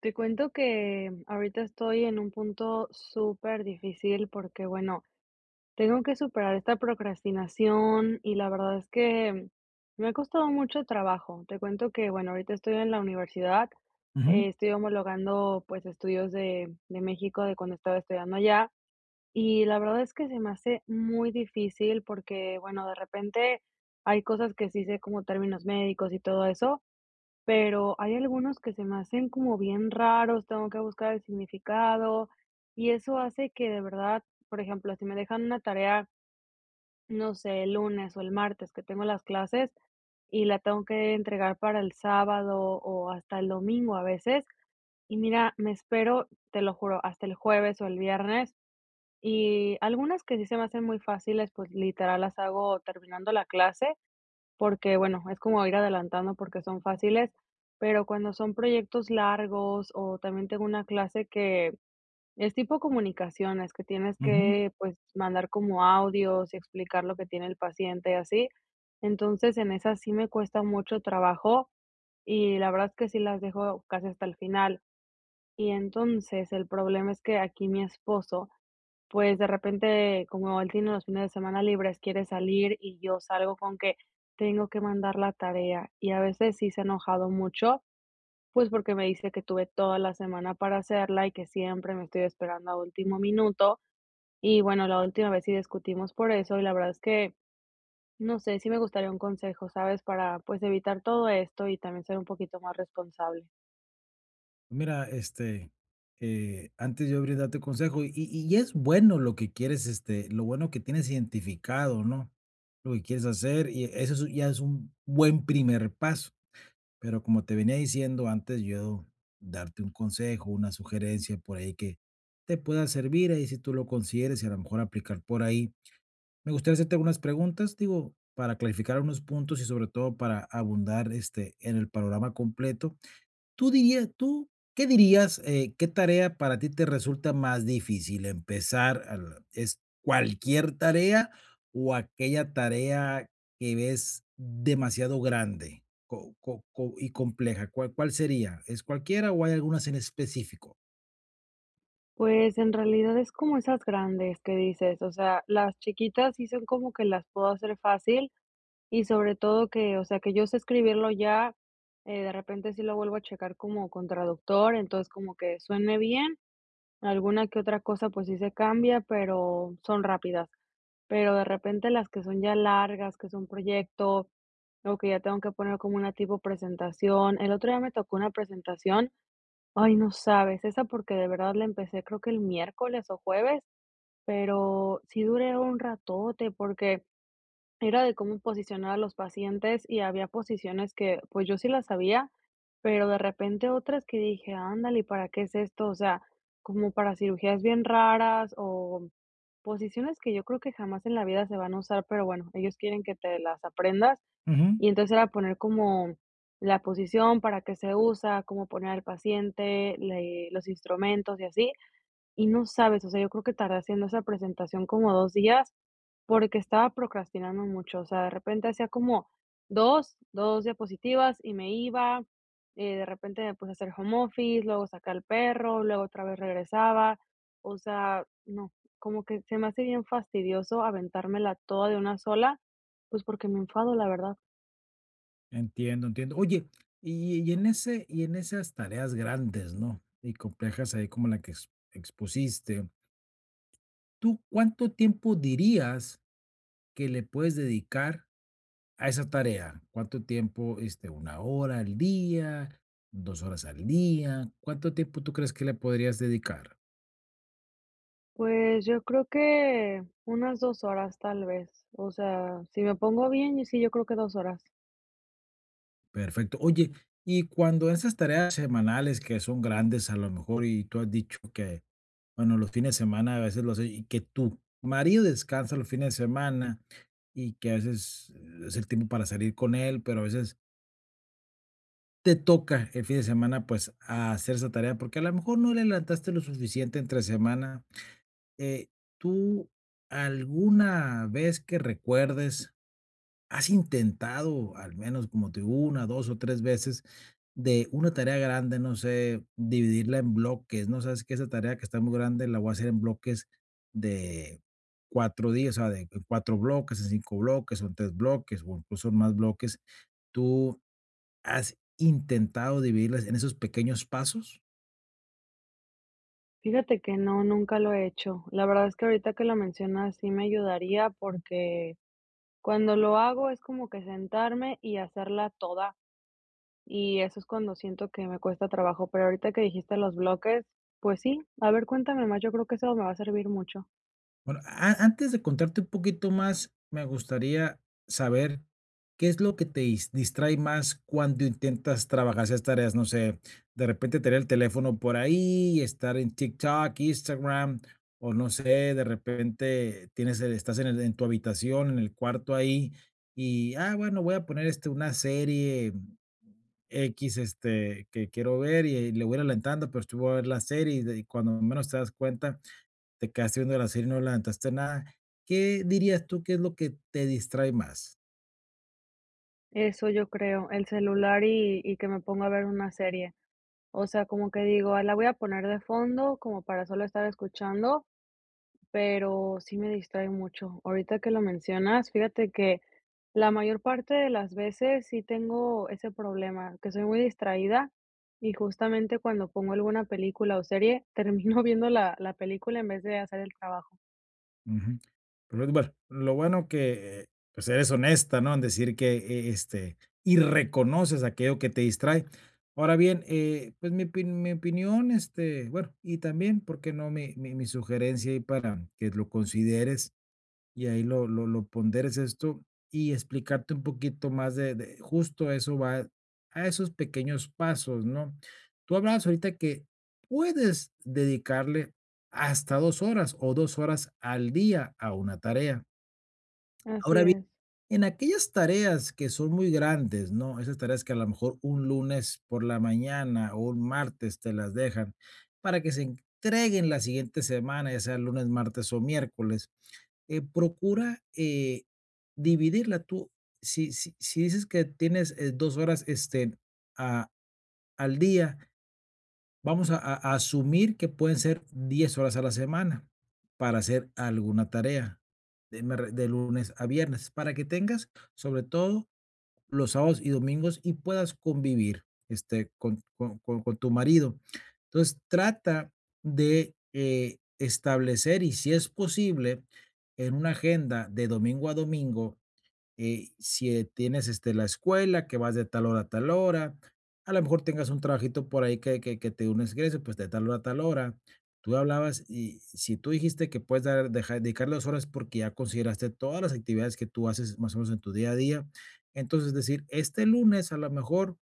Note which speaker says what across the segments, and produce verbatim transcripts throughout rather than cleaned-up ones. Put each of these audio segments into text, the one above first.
Speaker 1: Te cuento que ahorita estoy en un punto súper difícil porque, bueno, tengo que superar esta procrastinación y la verdad es que me ha costado mucho trabajo. Te cuento que, bueno, ahorita estoy en la universidad,
Speaker 2: Ujú,
Speaker 1: eh, estoy homologando pues estudios de, de México de cuando estaba estudiando allá y la verdad es que se me hace muy difícil porque, bueno, de repente hay cosas que sí sé como términos médicos y todo eso, pero hay algunos que se me hacen como bien raros, tengo que buscar el significado, y eso hace que de verdad, por ejemplo, si me dejan una tarea, no sé, el lunes o el martes que tengo las clases y la tengo que entregar para el sábado o hasta el domingo a veces, y mira, me espero, te lo juro, hasta el jueves o el viernes, y algunas que sí se me hacen muy fáciles, pues literal las hago terminando la clase, porque, bueno, es como ir adelantando porque son fáciles, pero cuando son proyectos largos, o también tengo una clase que es tipo comunicaciones, que tienes
Speaker 2: ujú.
Speaker 1: que, pues, mandar como audios y explicar lo que tiene el paciente y así. Entonces, en esas sí me cuesta mucho trabajo y la verdad es que sí las dejo casi hasta el final. Y entonces el problema es que aquí mi esposo, pues, de repente, como él tiene los fines de semana libres, quiere salir y yo salgo con que tengo que mandar la tarea, y a veces sí se ha enojado mucho, pues, porque me dice que tuve toda la semana para hacerla y que siempre me estoy esperando a último minuto. Y bueno, la última vez sí discutimos por eso, y la verdad es que, no sé, sí me gustaría un consejo, ¿sabes? Para, pues, evitar todo esto y también ser un poquito más responsable.
Speaker 2: Mira, este, eh, antes yo brindarte consejo y y y es bueno lo que quieres, este, lo bueno que tienes identificado, ¿no? Lo que quieres hacer y eso es ya es un buen primer paso, pero como te venía diciendo antes, yo darte un consejo, una sugerencia por ahí que te pueda servir, ahí si tú lo consideres y a lo mejor aplicar por ahí. Me gustaría hacerte algunas preguntas, digo, para clarificar unos puntos y sobre todo para abundar, este, en el panorama completo. ¿Tú dirías tú qué dirías, eh, qué tarea para ti te resulta más difícil empezar, al ¿es cualquier tarea o aquella tarea que ves demasiado grande co co co y compleja? ¿Cuál cuál sería? ¿Es cualquiera o hay algunas en específico?
Speaker 1: Pues, en realidad es como esas grandes que dices, o sea, las chiquitas sí son como que las puedo hacer fácil. Y sobre todo que, o sea, que yo sé escribirlo ya, eh, de repente sí lo vuelvo a checar como con traductor, entonces como que suene bien, alguna que otra cosa pues sí se cambia, pero son rápidas. Pero de repente las que son ya largas, que es un proyecto, o que ya tengo que poner como una tipo presentación. El otro día me tocó una presentación, ay, no sabes, esa porque de verdad la empecé creo que el miércoles o jueves, pero sí duré un ratote porque era de cómo posicionar a los pacientes y había posiciones que, pues, yo sí las sabía, pero de repente otras que dije: "Ándale, ¿y para qué es esto?". O sea, como para cirugías bien raras o posiciones que yo creo que jamás en la vida se van a usar, pero bueno, ellos quieren que te las aprendas.
Speaker 2: Ujú,
Speaker 1: Y entonces era poner como la posición, para qué se usa, cómo poner al paciente, le los instrumentos y así. Y no sabes, o sea, yo creo que tardé haciendo esa presentación como dos días, porque estaba procrastinando mucho, o sea, de repente hacía como dos dos diapositivas y me iba, eh, de repente me puse a hacer home office, luego saqué al perro, luego otra vez regresaba, o sea, no, como que se me hace bien fastidioso aventármela toda de una sola, pues porque me enfado, la verdad.
Speaker 2: entiendo, entiendo. Oye, y y en ese y en esas tareas grandes, ¿no? Y complejas ahí como la que ex expusiste, ¿tú cuánto tiempo dirías que le puedes dedicar a esa tarea? ¿Cuánto tiempo, este, una hora al día, dos horas al día? ¿Cuánto tiempo tú crees que le podrías dedicar?
Speaker 1: Pues yo creo que unas dos horas tal vez, o sea, si me pongo bien, y sí, yo creo que dos horas.
Speaker 2: Perfecto. Oye, y cuando esas tareas semanales que son grandes a lo mejor, y tú has dicho que, bueno, los fines de semana a veces los haces y que tu marido descansa los fines de semana y que a veces, eh, es el tiempo para salir con él, pero a veces te toca el fin de semana, pues, a hacer esa tarea, porque a lo mejor no le levantaste lo suficiente entre semana. Eh, ¿tú alguna vez que recuerdes, has intentado al menos, como te digo, una, dos o tres veces, de una tarea grande, no sé, dividirla en bloques, no? Sabes que esa tarea que está muy grande la voy a hacer en bloques de cuatro días, o sea, de cuatro bloques, en cinco bloques, o en tres bloques, o incluso en más bloques. ¿Tú has intentado dividirlas en esos pequeños pasos?
Speaker 1: Fíjate que no, nunca lo he hecho. La verdad es que ahorita que lo mencionas sí me ayudaría porque cuando lo hago es como que sentarme y hacerla toda y eso es cuando siento que me cuesta trabajo, pero ahorita que dijiste los bloques, pues sí, a ver, cuéntame más, yo creo que eso me va a servir mucho.
Speaker 2: Bueno, a antes de contarte un poquito más, me gustaría saber qué es lo que te dis distrae más cuando intentas trabajar esas tareas, no sé, de repente tener el teléfono por ahí, estar en TikTok, Instagram, o no sé, de repente tienes el estás en el en tu habitación, en el cuarto ahí, y, ah, bueno, voy a poner, este, una serie X, este, que quiero ver y eh, le voy a ir adelantando, pero estuvo a ver la serie y de y cuando menos te das cuenta, te quedaste viendo la serie y no levantaste nada. ¿Qué dirías tú que es lo que te distrae más?
Speaker 1: Eso yo creo, el celular y, y que me ponga a ver una serie. O sea, como que digo: "Ah, la voy a poner de fondo como para solo estar escuchando". Pero sí me distrae mucho. Ahorita que lo mencionas, fíjate que la mayor parte de las veces sí tengo ese problema, que soy muy distraída y justamente cuando pongo alguna película o serie, termino viendo la, la película en vez de hacer el trabajo.
Speaker 2: Ujú. Pero es bueno, lo bueno que, eh, pues, eres honesta, ¿no? En decir que, eh, este, y reconoces aquello que te distrae. Ahora bien, eh, pues, mi opin mi opinión, este, bueno, y también, ¿por qué no?, mi mi mi sugerencia ahí para que lo consideres y ahí lo lo lo ponderes esto y explicarte un poquito más de de justo eso va a esos pequeños pasos, ¿no? Tú hablabas ahorita que puedes dedicarle hasta dos horas o dos horas al día a una tarea.
Speaker 1: Así
Speaker 2: Ahora bien,
Speaker 1: es.
Speaker 2: en aquellas tareas que son muy grandes, ¿no? Esas tareas que a lo mejor un lunes por la mañana o un martes te las dejan para que se entreguen la siguiente semana, ya sea lunes, martes o miércoles. Eh, procura, eh, dividirla tú. Si si si dices que tienes, eh, dos horas, este, a al día, vamos a a a asumir que pueden ser diez horas a la semana para hacer alguna tarea, de me re de lunes a viernes, para que tengas, sobre todo, los sábados y domingos y puedas convivir, este, con con con con tu marido. Entonces, trata de, eh, establecer, y si es posible, en una agenda de domingo a domingo, eh, si tienes, este, la escuela, que vas de tal hora a tal hora, a lo mejor tengas un trabajito por ahí que que que te dé un ingreso, pues, de tal hora a tal hora. Tú hablabas, y si tú dijiste que puedes dar dejar dedicar las horas porque ya consideraste todas las actividades que tú haces más o menos en tu día a día. Entonces, decir, este lunes, a lo mejor,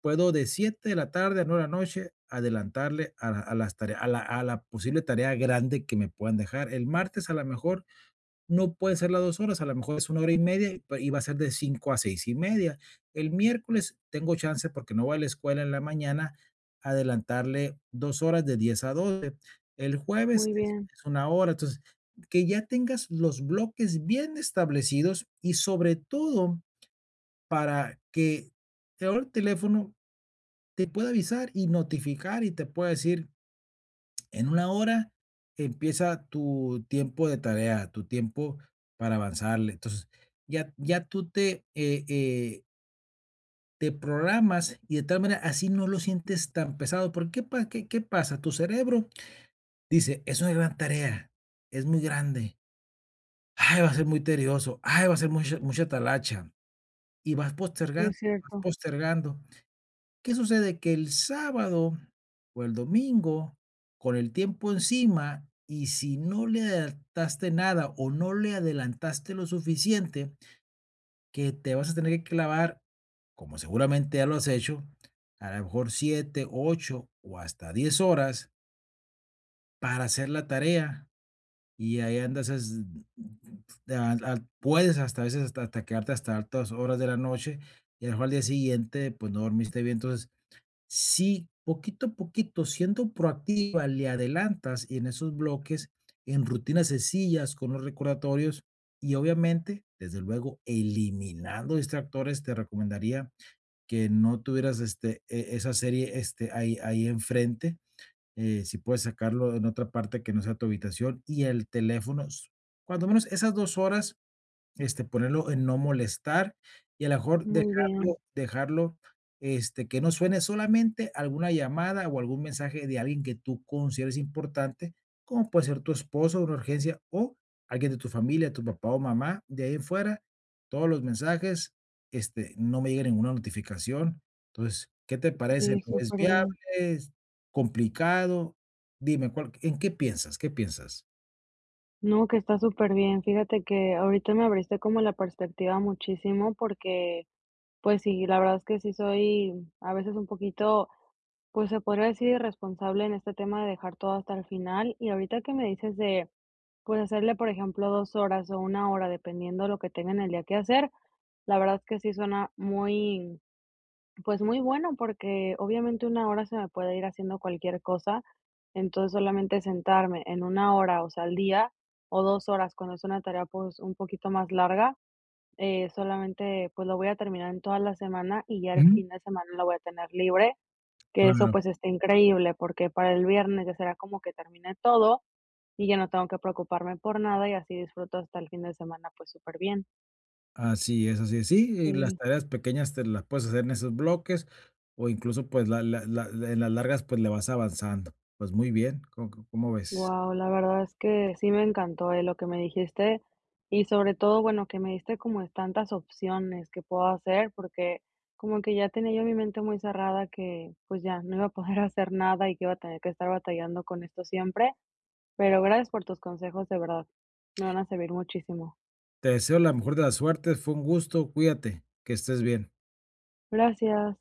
Speaker 2: puedo de siete de la tarde a nueve de la noche adelantarle a la a las tareas, a la a la posible tarea grande que me puedan dejar. El martes, a lo mejor, no puede ser las dos horas, a lo mejor es una hora y media, pe y va a ser de cinco a seis y media. El miércoles tengo chance, porque no voy a la escuela en la mañana, adelantarle dos horas de diez a doce. El jueves
Speaker 1: Muy
Speaker 2: es
Speaker 1: bien.
Speaker 2: es una hora. Entonces, que ya tengas los bloques bien establecidos y sobre todo para que ahora el teléfono te pueda avisar y notificar y te pueda decir: en una hora empieza tu tiempo de tarea, tu tiempo para avanzarle. Entonces, ya ya tú te, eh eh, te programas y de tal manera así no lo sientes tan pesado. ¿Por ¿qué pa qué qué pasa? Tu cerebro dice: "Es una gran tarea, es muy grande. Ay, va a ser muy tedioso. Ay, va a ser mucha mucha talacha", y vas postergando,
Speaker 1: Es
Speaker 2: vas
Speaker 1: cierto.
Speaker 2: postergando. ¿Qué sucede? Que el sábado o el domingo, con el tiempo encima, y si no le adelantaste nada o no le adelantaste lo suficiente, que te vas a tener que clavar, como seguramente ya lo has hecho, a lo mejor siete ocho o hasta diez horas para hacer la tarea. Y ahí andas, es, al- al- puedes hasta a veces, hasta, hasta quedarte hasta altas horas de la noche y a lo mejor al día siguiente pues no dormiste bien. Entonces, si poquito a poquito, siendo proactiva, le adelantas en esos bloques, en rutinas sencillas con los recordatorios y obviamente, desde luego, eliminando distractores, te recomendaría que no tuvieras este, e- esa serie, este, ahí, ahí enfrente. eh, si puedes sacarlo en otra parte que no sea tu habitación, y el teléfono, s- cuando menos esas dos horas, este, ponerlo en no molestar y a lo mejor
Speaker 1: Muy
Speaker 2: dejarlo
Speaker 1: bien.
Speaker 2: dejarlo, este, que no suene, solamente alguna llamada o algún mensaje de alguien que tú consideres importante, como puede ser tu esposo, una urgencia o alguien de tu familia, tu papá o mamá. De ahí en fuera, todos los mensajes, este, no me llegue ninguna notificación. Entonces, ¿qué te parece?
Speaker 1: Sí,
Speaker 2: ¿Lo ves
Speaker 1: súper
Speaker 2: viable?
Speaker 1: bien.
Speaker 2: ¿Es complicado? Dime, ¿cuál en qué piensas? ¿Qué piensas?
Speaker 1: No, que está súper bien. Fíjate que ahorita me abriste como la perspectiva muchísimo porque, pues sí, la verdad es que sí soy a veces un poquito. Pues se podría decir irresponsable en este tema de dejar todo hasta el final. Y ahorita que me dices de, pues, hacerle, por ejemplo, dos horas o una hora, dependiendo lo que tenga en el día que hacer, la verdad es que sí suena muy, pues muy bueno, porque obviamente una hora se me puede ir haciendo cualquier cosa. Entonces, solamente sentarme en una hora, o sea, al día, o dos horas cuando es una tarea, pues un poquito más larga, eh, solamente, pues lo voy a terminar en toda la semana y ya el
Speaker 2: Ujú,
Speaker 1: fin de semana lo voy a tener libre. Que eso,
Speaker 2: claro.
Speaker 1: pues, está increíble, porque para el viernes ya será como que termine todo, y ya no tengo que preocuparme por nada, y así disfruto hasta el fin de semana, pues, súper bien.
Speaker 2: Así es, así es. Sí, y las
Speaker 1: Sí,
Speaker 2: tareas pequeñas te las puedes hacer en esos bloques o incluso, pues, la la la la- en las largas, pues, le vas avanzando. Pues, muy bien, ¿có cómo ves?
Speaker 1: wow, la verdad es que sí me encantó, eh, lo que me dijiste, y sobre todo, bueno, que me diste como tantas opciones que puedo hacer, porque como que ya tenía yo mi mente muy cerrada que, pues, ya no iba a poder hacer nada y que iba a tener que estar batallando con esto siempre, pero gracias por tus consejos, de verdad, me van a servir muchísimo.
Speaker 2: Te deseo la mejor de las suertes, fue un gusto, cuídate, que estés bien.
Speaker 1: Gracias.